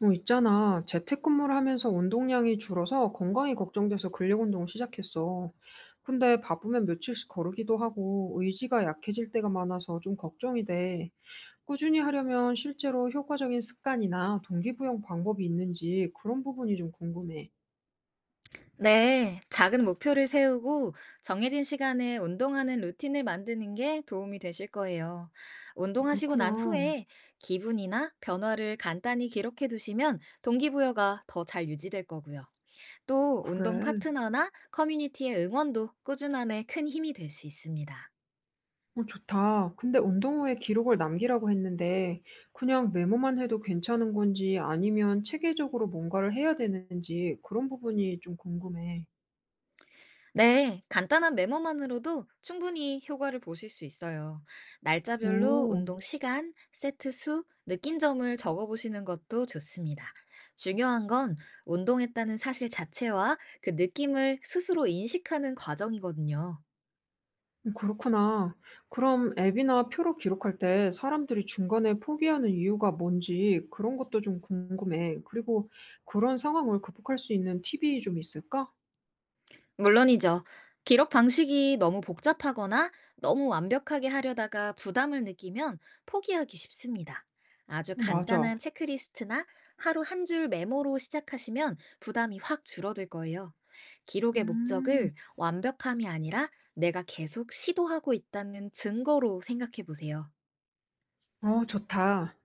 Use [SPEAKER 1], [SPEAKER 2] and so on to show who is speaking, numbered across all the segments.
[SPEAKER 1] 있잖아. 재택근무를 하면서 운동량이 줄어서 건강이 걱정돼서 근력 운동을 시작했어. 근데 바쁘면 며칠씩 거르기도 하고 의지가 약해질 때가 많아서 좀 걱정이 돼. 꾸준히 하려면 실제로 효과적인 습관이나 동기부여 방법이 있는지 그런 부분이 좀 궁금해.
[SPEAKER 2] 네, 작은 목표를 세우고 정해진 시간에 운동하는 루틴을 만드는 게 도움이 되실 거예요. 운동하시고 난
[SPEAKER 1] 그렇구나.
[SPEAKER 2] 후에 기분이나 변화를 간단히 기록해 두시면 동기부여가 더 잘 유지될 거고요. 또 운동
[SPEAKER 1] 그래.
[SPEAKER 2] 파트너나 커뮤니티의 응원도 꾸준함에 큰 힘이 될 수 있습니다.
[SPEAKER 1] 좋다. 근데 운동 후에 기록을 남기라고 했는데 그냥 메모만 해도 괜찮은 건지 아니면 체계적으로 뭔가를 해야 되는지 그런 부분이 좀 궁금해.
[SPEAKER 2] 네, 간단한 메모만으로도 충분히 효과를 보실 수 있어요. 날짜별로
[SPEAKER 1] 오,
[SPEAKER 2] 운동 시간, 세트 수, 느낀 점을 적어보시는 것도 좋습니다. 중요한 건 운동했다는 사실 자체와 그 느낌을 스스로 인식하는 과정이거든요.
[SPEAKER 1] 그렇구나. 그럼 앱이나 표로 기록할 때 사람들이 중간에 포기하는 이유가 뭔지 그런 것도 좀 궁금해. 그리고 그런 상황을 극복할 수 있는 팁이 좀 있을까?
[SPEAKER 2] 물론이죠. 기록 방식이 너무 복잡하거나 너무 완벽하게 하려다가 부담을 느끼면 포기하기 쉽습니다. 아주
[SPEAKER 1] 맞아.
[SPEAKER 2] 간단한 체크리스트나 하루 한 줄 메모로 시작하시면 부담이 확 줄어들 거예요. 기록의
[SPEAKER 1] 음,
[SPEAKER 2] 목적을 완벽함이 아니라 내가 계속 시도하고 있다는 증거로 생각해 보세요.
[SPEAKER 1] 좋다.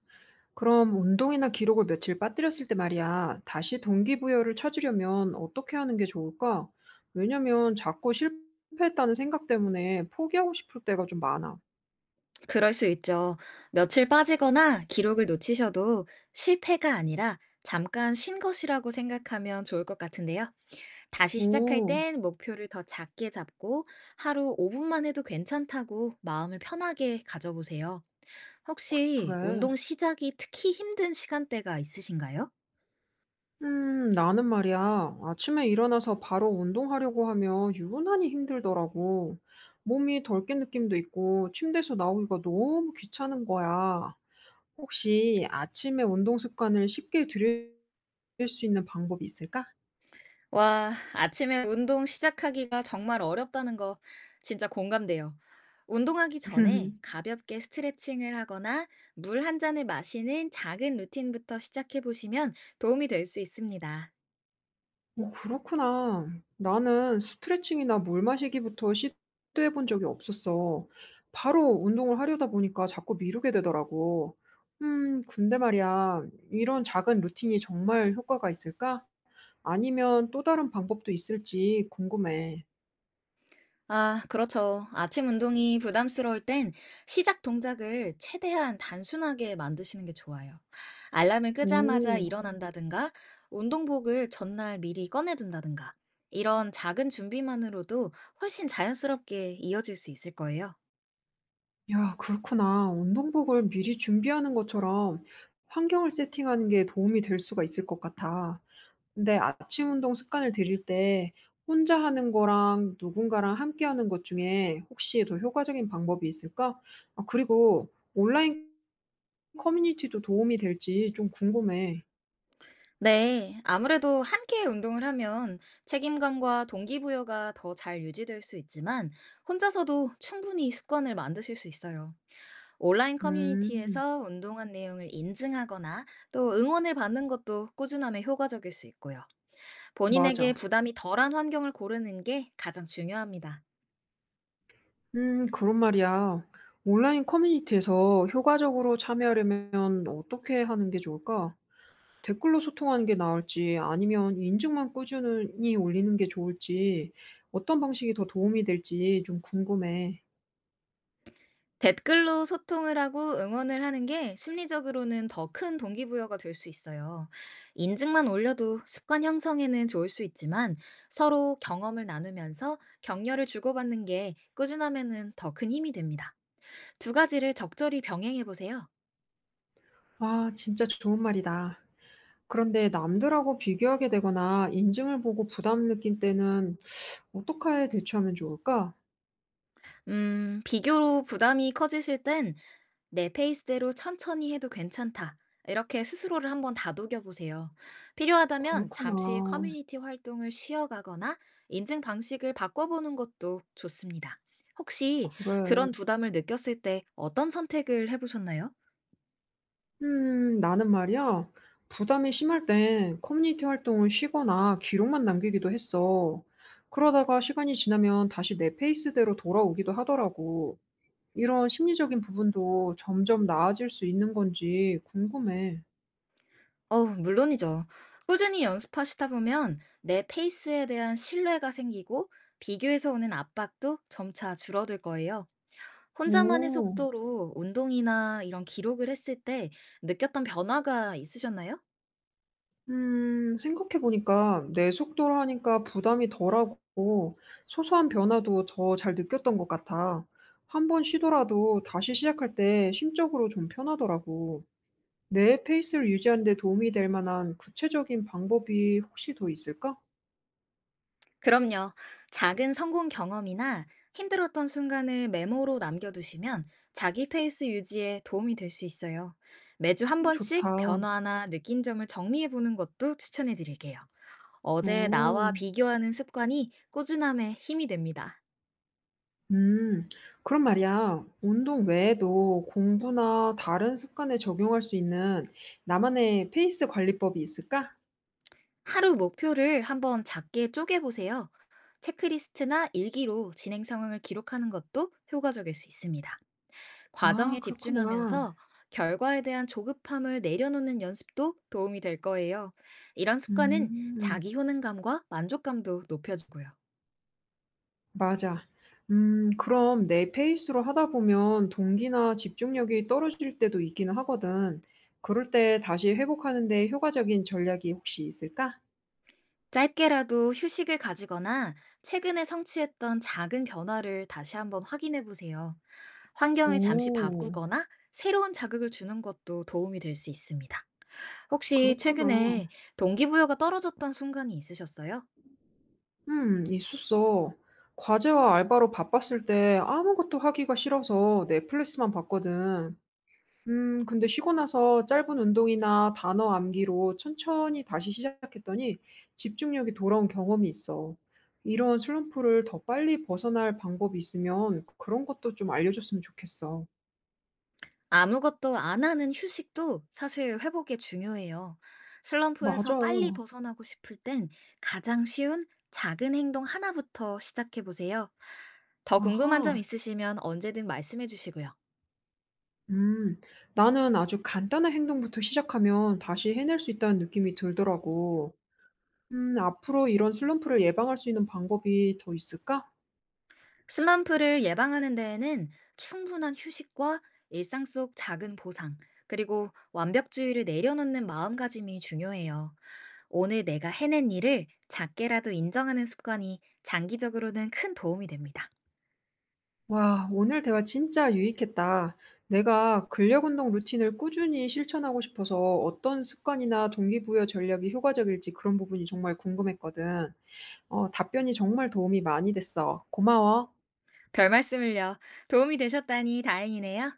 [SPEAKER 1] 그럼 운동이나 기록을 며칠 빠뜨렸을 때 말이야, 다시 동기부여를 찾으려면 어떻게 하는 게 좋을까? 왜냐면 자꾸 실패했다는 생각 때문에 포기하고 싶을 때가 좀 많아.
[SPEAKER 2] 그럴 수 있죠. 며칠 빠지거나 기록을 놓치셔도 실패가 아니라 잠깐 쉰 것이라고 생각하면 좋을 것 같은데요. 다시 시작할
[SPEAKER 1] 오,
[SPEAKER 2] 땐 목표를 더 작게 잡고 하루 5분만 해도 괜찮다고 마음을 편하게 가져보세요. 혹시
[SPEAKER 1] 그래.
[SPEAKER 2] 운동 시작이 특히 힘든 시간대가 있으신가요?
[SPEAKER 1] 나는 말이야. 아침에 일어나서 바로 운동하려고 하면 유난히 힘들더라고. 몸이 덜깬 느낌도 있고, 침대에서 나오기가 너무 귀찮은 거야. 혹시 아침에 운동 습관을 쉽게 들일 수 있는 방법이 있을까?
[SPEAKER 2] 와, 아침에 운동 시작하기가 정말 어렵다는 거 진짜 공감돼요. 운동하기 전에 가볍게 스트레칭을 하거나 물 한 잔을 마시는 작은 루틴부터 시작해 보시면 도움이 될 수 있습니다.
[SPEAKER 1] 어 그렇구나. 나는 스트레칭이나 물 마시기부터 시도해 본 적이 없었어. 바로 운동을 하려다 보니까 자꾸 미루게 되더라고. 근데 말이야, 이런 작은 루틴이 정말 효과가 있을까? 아니면 또 다른 방법도 있을지 궁금해.
[SPEAKER 2] 아, 그렇죠. 아침 운동이 부담스러울 땐 시작 동작을 최대한 단순하게 만드시는 게 좋아요. 알람을 끄자마자
[SPEAKER 1] 오,
[SPEAKER 2] 일어난다든가, 운동복을 전날 미리 꺼내둔다든가, 이런 작은 준비만으로도 훨씬 자연스럽게 이어질 수 있을 거예요.
[SPEAKER 1] 야, 그렇구나. 운동복을 미리 준비하는 것처럼 환경을 세팅하는 게 도움이 될 수가 있을 것 같아. 근데 아침 운동 습관을 들일 때 혼자 하는 거랑 누군가랑 함께 하는 것 중에 혹시 더 효과적인 방법이 있을까? 아, 그리고 온라인 커뮤니티도 도움이 될지 좀 궁금해.
[SPEAKER 2] 네, 아무래도 함께 운동을 하면 책임감과 동기부여가 더 잘 유지될 수 있지만, 혼자서도 충분히 습관을 만드실 수 있어요. 온라인
[SPEAKER 1] 음,
[SPEAKER 2] 커뮤니티에서 운동한 내용을 인증하거나 또 응원을 받는 것도 꾸준함에 효과적일 수 있고요. 본인에게
[SPEAKER 1] 맞아.
[SPEAKER 2] 부담이 덜한 환경을 고르는 게 가장 중요합니다.
[SPEAKER 1] 그런 말이야. 온라인 커뮤니티에서 효과적으로 참여하려면 어떻게 하는 게 좋을까? 댓글로 소통하는 게 나을지 아니면 인증만 꾸준히 올리는 게 좋을지 어떤 방식이 더 도움이 될지 좀 궁금해.
[SPEAKER 2] 댓글로 소통을 하고 응원을 하는 게 심리적으로는 더 큰 동기부여가 될 수 있어요. 인증만 올려도 습관 형성에는 좋을 수 있지만 서로 경험을 나누면서 격려를 주고받는 게 꾸준함에는 더 큰 힘이 됩니다. 두 가지를 적절히 병행해 보세요.
[SPEAKER 1] 와 진짜 좋은 말이다. 그런데 남들하고 비교하게 되거나 인증을 보고 부담 느낀 때는 어떻게 대처하면 좋을까?
[SPEAKER 2] 비교로 부담이 커지실 땐 내 페이스대로 천천히 해도 괜찮다. 이렇게 스스로를 한번 다독여 보세요. 필요하다면 잠시
[SPEAKER 1] 그렇구나.
[SPEAKER 2] 커뮤니티 활동을 쉬어가거나 인증 방식을 바꿔보는 것도 좋습니다. 혹시
[SPEAKER 1] 그래.
[SPEAKER 2] 그런 부담을 느꼈을 때 어떤 선택을 해보셨나요?
[SPEAKER 1] 나는 말이야. 부담이 심할 땐 커뮤니티 활동을 쉬거나 기록만 남기기도 했어. 그러다가 시간이 지나면 다시 내 페이스대로 돌아오기도 하더라고. 이런 심리적인 부분도 점점 나아질 수 있는 건지 궁금해.
[SPEAKER 2] 어, 물론이죠. 꾸준히 연습하시다 보면 내 페이스에 대한 신뢰가 생기고 비교에서 오는 압박도 점차 줄어들 거예요. 혼자만의
[SPEAKER 1] 오.
[SPEAKER 2] 속도로 운동이나 이런 기록을 했을 때 느꼈던 변화가 있으셨나요?
[SPEAKER 1] 생각해보니까 내 속도로 하니까 부담이 덜하고 소소한 변화도 더 잘 느꼈던 것 같아. 한 번 쉬더라도 다시 시작할 때 심적으로 좀 편하더라고. 내 페이스를 유지하는 데 도움이 될 만한 구체적인 방법이 혹시 더 있을까?
[SPEAKER 2] 그럼요. 작은 성공 경험이나 힘들었던 순간을 메모로 남겨두시면 자기 페이스 유지에 도움이 될 수 있어요. 매주 한
[SPEAKER 1] 좋다.
[SPEAKER 2] 번씩 변화나 느낀 점을 정리해보는 것도 추천해드릴게요. 어제
[SPEAKER 1] 어,
[SPEAKER 2] 나와 비교하는 습관이 꾸준함에 힘이 됩니다.
[SPEAKER 1] 음, 그럼 말이야. 운동 외에도 공부나 다른 습관에 적용할 수 있는 나만의 페이스 관리법이 있을까?
[SPEAKER 2] 하루 목표를 한번 작게 쪼개보세요. 체크리스트나 일기로 진행 상황을 기록하는 것도 효과적일 수 있습니다. 과정에
[SPEAKER 1] 아, 그렇구나.
[SPEAKER 2] 집중하면서 결과에 대한 조급함을 내려놓는 연습도 도움이 될 거예요. 이런 습관은
[SPEAKER 1] 음.
[SPEAKER 2] 자기 효능감과 만족감도 높여주고요.
[SPEAKER 1] 맞아. 그럼 내 페이스로 하다 보면 동기나 집중력이 떨어질 때도 있기는 하거든. 그럴 때 다시 회복하는 데 효과적인 전략이 혹시 있을까?
[SPEAKER 2] 짧게라도 휴식을 가지거나 최근에 성취했던 작은 변화를 다시 한번 확인해 보세요. 환경을 잠시
[SPEAKER 1] 오.
[SPEAKER 2] 바꾸거나 새로운 자극을 주는 것도 도움이 될 수 있습니다. 혹시
[SPEAKER 1] 그렇구나.
[SPEAKER 2] 최근에 동기부여가 떨어졌던 순간이 있으셨어요?
[SPEAKER 1] 있었어. 과제와 알바로 바빴을 때 아무것도 하기가 싫어서 넷플릭스만 봤거든. 근데 쉬고 나서 짧은 운동이나 단어 암기로 천천히 다시 시작했더니 집중력이 돌아온 경험이 있어. 이런 슬럼프를 더 빨리 벗어날 방법이 있으면 그런 것도 좀 알려줬으면 좋겠어. 음.
[SPEAKER 2] 아무것도 안 하는 휴식도 사실 회복에 중요해요. 슬럼프에서
[SPEAKER 1] 맞아.
[SPEAKER 2] 빨리 벗어나고 싶을 땐 가장 쉬운 작은 행동 하나부터 시작해 보세요. 더 궁금한 점
[SPEAKER 1] 아하.
[SPEAKER 2] 있으시면 언제든 말씀해 주시고요.
[SPEAKER 1] 음. 나는 아주 간단한 행동부터 시작하면 다시 해낼 수 있다는 느낌이 들더라고. 앞으로 이런 슬럼프를 예방할 수 있는 방법이 더 있을까?
[SPEAKER 2] 슬럼프를 예방하는 데에는 충분한 휴식과 일상 속 작은 보상, 그리고 완벽주의를 내려놓는 마음가짐이 중요해요. 오늘 내가 해낸 일을 작게라도 인정하는 습관이 장기적으로는 큰 도움이 됩니다.
[SPEAKER 1] 와, 오늘 대화 진짜 유익했다. 내가 근력 운동 루틴을 꾸준히 실천하고 싶어서 어떤 습관이나 동기부여 전략이 효과적일지 그런 부분이 정말 궁금했거든. 답변이 정말 도움이 많이 됐어. 고마워.
[SPEAKER 2] 별 말씀을요. 도움이 되셨다니 다행이네요.